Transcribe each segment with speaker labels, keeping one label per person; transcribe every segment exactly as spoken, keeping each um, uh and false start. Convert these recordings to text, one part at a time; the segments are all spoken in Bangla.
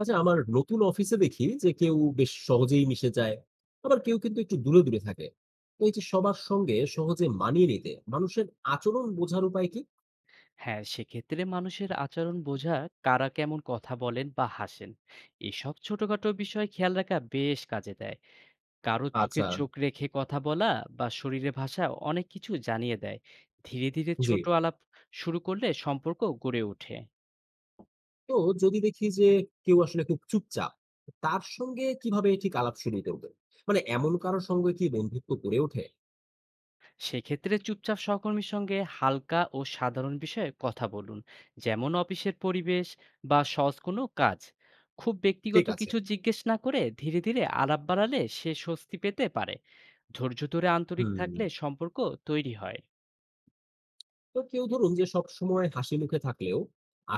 Speaker 1: আচ্ছা, আমার নতুন অফিসে দেখি যে কেউ বেশ সহজেই মিশে যায়, আবার কেউ কিন্তু একটু দূরে দূরে থাকে। তো এই যে সবার সঙ্গে সহজে মানিয়ে নিতে, মানুষের আচরণ বোঝার উপায় কি?
Speaker 2: হ্যাঁ, সেক্ষেত্রে মানুষের আচরণ বোঝা, কারা কেমন কথা বলেন বা হাসেন, এসব ছোটখাটো বিষয় খেয়াল রাখা বেশ কাজে দেয়। কারো চোখে
Speaker 1: আচ্ছা।
Speaker 2: চোখ রেখে কথা বলা বা শরীরে ভাষা অনেক কিছু জানিয়ে দেয়। ধীরে ধীরে
Speaker 1: জি।
Speaker 2: ছোট আলাপ শুরু করলে সম্পর্ক গড়ে ওঠে।
Speaker 1: তো যদি দেখি যে কেউ আসলে খুব চুপচাপ, তার সঙ্গে কিভাবে ঠিক আলাপ শুরু করবে? মানে এমন কারোর সঙ্গে কি বন্ধুত্ব গড়ে ওঠে?
Speaker 2: সেক্ষেত্রে চুপচাপ সহকর্মীর সঙ্গে হালকা ও সাধারণ বিষয়ে কথা বলুন, যেমন অফিসের পরিবেশ বা সহজ কোনো কাজ। খুব
Speaker 1: ঠিক
Speaker 2: ব্যক্তিগত
Speaker 1: আছে।
Speaker 2: কিছু জিজ্ঞেস না করে ধীরে ধীরে আলাপ বাড়ালে সে স্বস্তি পেতে পারে। ধৈর্য ধরে আন্তরিক
Speaker 1: হুম।
Speaker 2: থাকলে সম্পর্ক তৈরি হয়।
Speaker 1: তো কেউ ধরুন যে সব সময় হাসি মুখে থাকলেও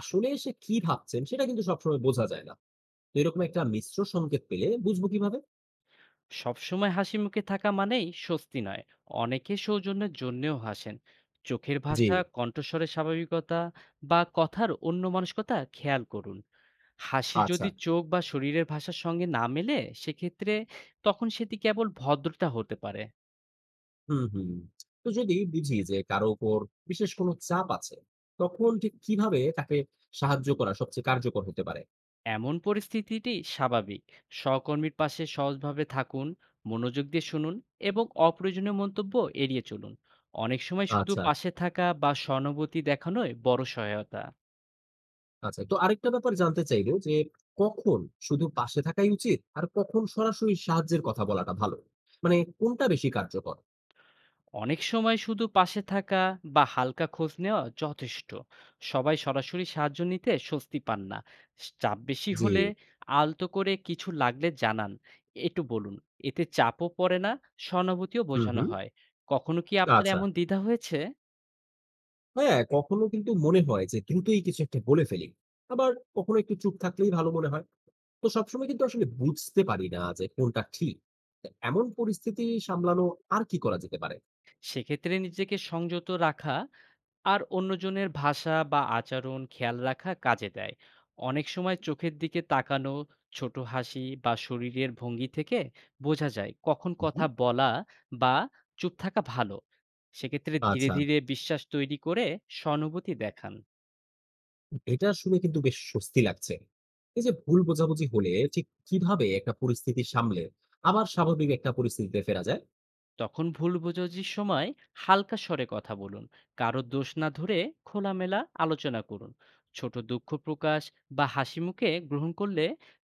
Speaker 1: আসলে সে কি ভাবছেন সেটা কিন্তু সবসময় বোঝা যায় না। তো এরকম একটা মিশ্র সংকেত পেলে বুঝবো কিভাবে?
Speaker 2: সবসময় হাসি মুখে থাকা মানেই স্বস্তি নয়, অনেকে সৌজন্যের জন্যেও হাসেন। চোখের
Speaker 1: জি।
Speaker 2: ভাষা, কণ্ঠস্বরের স্বাভাবিকতা বা কথার অন্য মানসিকতা খেয়াল করুন। হাসি
Speaker 1: আচ্ছা।
Speaker 2: যদি চোখ বা শরীরের ভাষার সঙ্গে না মেলে, সেক্ষেত্রে তখন সেটি কেবল ভদ্রতা হতে পারে।
Speaker 1: হুম, হুম। তো যদি বুঝি যে কারো উপর বিশেষ কোনো চাপ আছে, তখন ঠিক কিভাবে তাকে সাহায্য করা সবচেয়ে কার্যকর হতে পারে?
Speaker 2: এমন পরিস্থিতিটি স্বাভাবিক। সহকর্মীর পাশে সহজভাবে থাকুন, মনোযোগ দিয়ে শুনুন এবং অপ্রয়োজনীয় মন্তব্য এড়িয়ে চলুন। অনেক সময় শুধু
Speaker 1: আচ্ছা,
Speaker 2: পাশে থাকা বা সহানুভূতি দেখানোই বড় সহায়তা।
Speaker 1: আচ্ছা। তো আরেকটা ব্যাপার জানতে চাইবো যে কখন শুধু পাশে থাকাই উচিত আর কখন সরাসরি সাহায্যের কথা বলাটা ভালো? মানে কোনটা বেশি কার্যকর?
Speaker 2: অনেক সময় শুধু পাশে থাকা বা হালকা খোঁজ নেওয়া যথেষ্ট। সবাই সরাসরি সাহায্য নিতে স্বস্তি পান না। চাপ বেশি
Speaker 1: জি।
Speaker 2: হলে আলতো করে কিছু লাগলে জানান, একটু বলুন। এতে চাপও পড়ে না, সহানুভূতিও
Speaker 1: হুম,
Speaker 2: বোঝানো
Speaker 1: হুম।
Speaker 2: হয়। কখনো কি আপনার
Speaker 1: আচ্ছা।
Speaker 2: এমন দ্বিধা হয়েছে?
Speaker 1: হ্যাঁ, কখনো কিন্তু মনে হয় যে দ্রুতই কিছু একটা বলে ফেলি। আবার কখনো একটু চুপ থাকলেই ভালো মনে হয়। তো সবসময় কিন্তু আসলে বুঝতে পারি না যে কোনটা ঠিক। তা এমন পরিস্থিতি সামলানো আর কি করা যেতে পারে?
Speaker 2: সেক্ষেত্রে নিজেকে সংযত রাখা আর অন্যজনের ভাষা বা আচরণ খেয়াল রাখা কাজে দেয়। অনেক সময় চোখের দিকে তাকানো, ছোট হাসি বা শরীরের ভঙ্গি থেকে বোঝা যায় কখন
Speaker 1: হুম,
Speaker 2: কথা
Speaker 1: হুম।
Speaker 2: বলা বা চুপ থাকা ভালো। সেক্ষেত্রে ধীরে
Speaker 1: আচ্ছা,
Speaker 2: ধীরে বিশ্বাস তৈরি করে সহানুভূতি দেখান।
Speaker 1: এটা শুনে কিন্তু বেশ স্বস্তি লাগছে। এই যে ভুল বোঝাবুঝি হলে ঠিক কিভাবে একটা পরিস্থিতি সামলে আবার স্বাভাবিক একটা পরিস্থিতিতে ফেরা যায়?
Speaker 2: তখন ভুল বোঝাবুঝির সময় হালকা স্বরে কথা বলুন, কারো দোষ না ধরে খোলামেলা আলোচনা করুন। ছোট দুঃখ প্রকাশ বা হাসি মুখে গ্রহণ করলে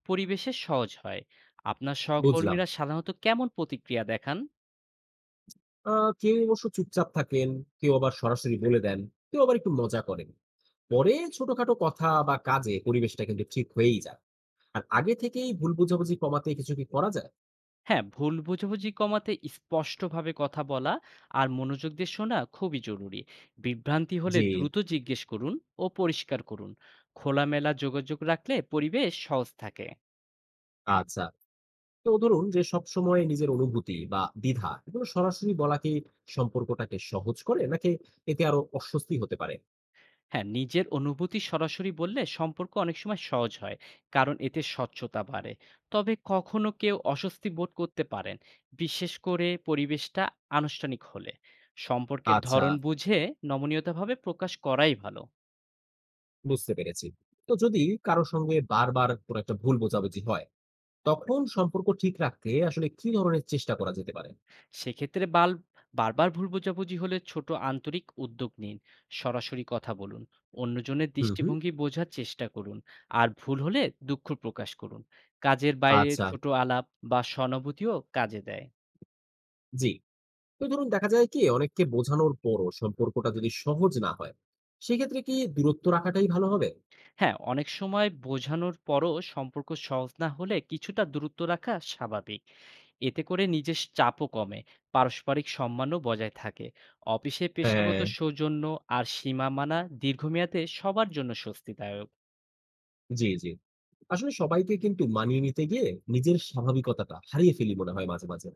Speaker 2: পরিবেশে সহজ হয়। আপনার
Speaker 1: হুম। বুঝলাম।
Speaker 2: সহকর্মীরা সাধারণত কেমন প্রতিক্রিয়া দেখান?
Speaker 1: আ কেউ অবশ্য চুপচাপ থাকেন, কেউ আবার সরাসরি বলে দেন, কেউ আবার একটু মজা করেন। পরে ছোটখাটো কথা বা কাজে পরিবেশটা কিন্তু ঠিক হয়েই যায়। আর আগে থেকেই ভুল বোঝাবুঝি কমাতে কিছু কি করা যায়?
Speaker 2: হ্যাঁ, ভুল বোঝাবুঝি কমাতে স্পষ্টভাবে কথা বলা আর মনোযোগ দিয়ে শোনা খুবই জরুরি। বিভ্রান্তি হলে
Speaker 1: জি।
Speaker 2: দ্রুত জিজ্ঞেস করুন ও পরিষ্কার করুন। খোলামেলা যোগাযোগ রাখলে পরিবেশ সহজ থাকে।
Speaker 1: আচ্ছা। তো ধরুন যে সবসময় নিজের অনুভূতি বা দ্বিধা এগুলো সরাসরি বলা কি সম্পর্কটাকে সহজ করে, নাকি এতে আরো অস্বস্তি হতে পারে?
Speaker 2: হ্যাঁ, নিজের অনুভূতি সরাসরি বললে সম্পর্ক অনেক সময় সহজ হয়, কারণ এতে স্বচ্ছতা বাড়ে। তবে কখনো কেউ অস্বস্তি বোধ করতে পারেন, বিশেষ করে পরিবেশটা আনুষ্ঠানিক হলে। সম্পর্কের
Speaker 1: আচ্ছা,
Speaker 2: ধরন বুঝে নমনীয়তাভাবে প্রকাশ করাই ভালো।
Speaker 1: বুঝতে পেরেছি। তো যদি কারো সঙ্গে বারবার কোনো একটা ভুল বোঝাবুঝি হয়, তখন সম্পর্ক ঠিক রাখতে আসলে কি ধরনের চেষ্টা করা যেতে পারে?
Speaker 2: সেক্ষেত্রে বাল বারবার ভুল বোঝাবুঝি হলে ছোট আন্তরিক উদ্যোগ নিন, সরাসরি কথা বলুন, অন্যজনের
Speaker 1: হুম, হুম।
Speaker 2: দৃষ্টিভঙ্গি বোঝার চেষ্টা করুন। আর ভুল হলে দুঃখ প্রকাশ করুন। কাজের বাইরে
Speaker 1: আচ্ছা,
Speaker 2: ছোট আলাপ বা সহানুভূতিও কাজে দেয়।
Speaker 1: জি। তো ধরুন দেখা যায় কি, অনেককে বোঝানোর পরও সম্পর্কটা যদি সহজ না হয়, সেক্ষেত্রে কি দূরত্ব রাখাটাই ভালো হবে?
Speaker 2: হ্যাঁ, অনেক সময় বোঝানোর পরও সম্পর্ক সহজ না হলে কিছুটা দূরত্ব রাখা স্বাভাবিক। এতে করে নিজের চাপও কমে, পারস্পরিক সম্মানও বজায় থাকে। অফিসে পেশাগত
Speaker 1: হ্যাঁ।
Speaker 2: সৌজন্য আর সীমা মানা দীর্ঘমেয়াদে সবার জন্য স্বস্তিদায়ক।
Speaker 1: জি, জি। আসলে সবাইকে কিন্তু মানিয়ে নিতে গিয়ে নিজের স্বাভাবিকতাটা হারিয়ে ফেলি মনে হয় মাঝে মাঝে।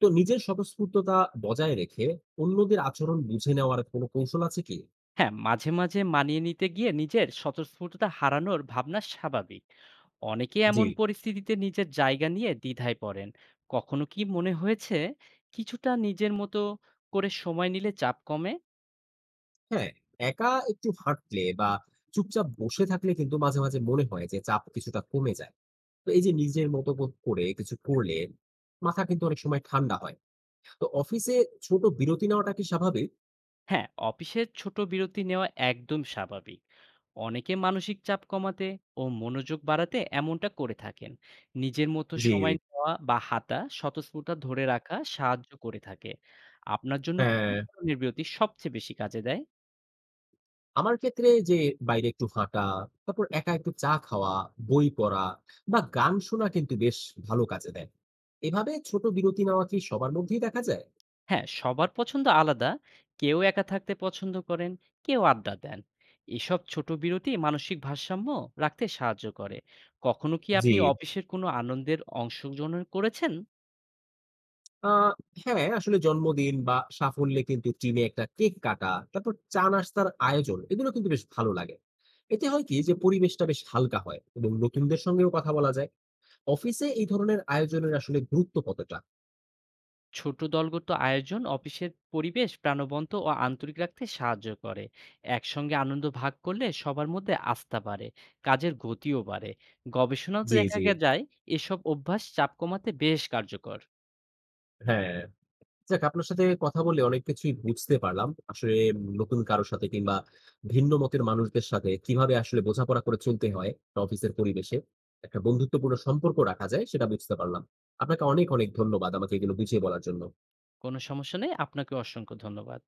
Speaker 1: তো নিজের স্বতঃস্ফূর্ততা বজায় রেখে অন্যদের আচরণ বুঝে নেওয়ার কোনো কৌশল আছে কি?
Speaker 2: হ্যাঁ, মাঝে, মাঝে মানিয়ে নিতে গিয়ে নিজের স্বতঃস্ফূর্ততা হারানোর ভাবনা স্বাভাবিক। অনেকে
Speaker 1: জি।
Speaker 2: এমন পরিস্থিতিতে নিজের জায়গা নিয়ে দ্বিধায় পড়েন। কখনো কি মনে হয়েছে কিছুটা নিজের মতো করে সময় নিলে চাপ কমে?
Speaker 1: হ্যাঁ, একা একটু হাঁটলে বা চুপচাপ বসে থাকলে কিন্তু মাঝে মাঝে মনে হয় যে চাপ কিছুটা কমে যায়। তো এই যে নিজের মতো বোধ করে কিছু করলে মাথা কিন্তু অনেক সময় ঠান্ডা হয়। তো অফিসে ছোট বিরতি নেওয়াটা কি স্বাভাবিক?
Speaker 2: হ্যাঁ, অফিসের ছোট বিরতি নেওয়া একদম স্বাভাবিক। অনেকে মানসিক চাপ কমাতে ও মনোযোগ বাড়াতে এমনটা করে থাকেন। নিজের মতো
Speaker 1: জি।
Speaker 2: সময় নেওয়া বা হাঁটা স্বতঃস্ফূর্তা ধরে রাখা সাহায্য করে থাকে। আপনার জন্য কোন
Speaker 1: হ্যাঁ,
Speaker 2: ধরনের বিরতি সবচেয়ে বেশি কাজে দেয়?
Speaker 1: আমার ক্ষেত্রে যে বাইরে একটু হাঁটা, তারপর একা একটু চা খাওয়া, বই পড়া বা গান শোনা কিন্তু বেশ ভালো কাজে দেয়। এভাবে ছোট বিরতি নেওয়া কি সবার মধ্যেই দেখা যায়?
Speaker 2: হ্যাঁ, সবার পছন্দ আলাদা। কেউ একা থাকতে পছন্দ করেন, কেউ আড্ডা দেন। এসব ছোট বিরতি মানসিক ভারসাম্য রাখতে সাহায্য করে। কখনো কি
Speaker 1: জি।
Speaker 2: আপনি অফিসের কোনো আনন্দের অংশগ্রহণ করেছেন?
Speaker 1: আ হ্যাঁ, আসলে জন্মদিন বা সাফল্যে কিন্তু টিমে একটা কেক কাটা, তারপর চা নাস্তার আয়োজন এগুলো কিন্তু বেশ ভালো লাগে। এতে হয় কি যে পরিবেশটা বেশ হালকা হয় এবং নতুনদের সঙ্গেও কথা বলা যায়। অফিসে এই ধরনের আয়োজনের আসলে গুরুত্ব কতটা?
Speaker 2: ছোট দলগত আয়োজন অফিসের পরিবেশ প্রাণবন্ত ও আন্তরিক রাখতে সাহায্য করে। একসঙ্গে আনন্দ ভাগ করলে সবার মধ্যে আস্থা বাড়ে, কাজের গতিও বাড়ে। গবেষণাও তো
Speaker 1: জি,
Speaker 2: দেখা
Speaker 1: জি।
Speaker 2: গে- যায়, এসব অভ্যাস চাপ কমাতে বেশ কার্যকর।
Speaker 1: হ্যাঁ, যাক আপনার সাথে কথা বলে অনেক কিছুই বুঝতে পারলাম। আসলে নতুন কারো সাথে কিংবা ভিন্ন মতের মানুষদের সাথে কিভাবে আসলে বোঝাপড়া করে চলতে হয় একটা অফিসের পরিবেশে। একটা বন্ধুত্বপূর্ণ সম্পর্ক রাখা যায় সেটা বুঝতে পারলাম। আপনাকে অনেক, অনেক ধন্যবাদ আমাকে এগুলো বুঝিয়ে বলার জন্য।
Speaker 2: কোনো সমস্যা নেই, আপনাকে অসংখ্য ধন্যবাদ।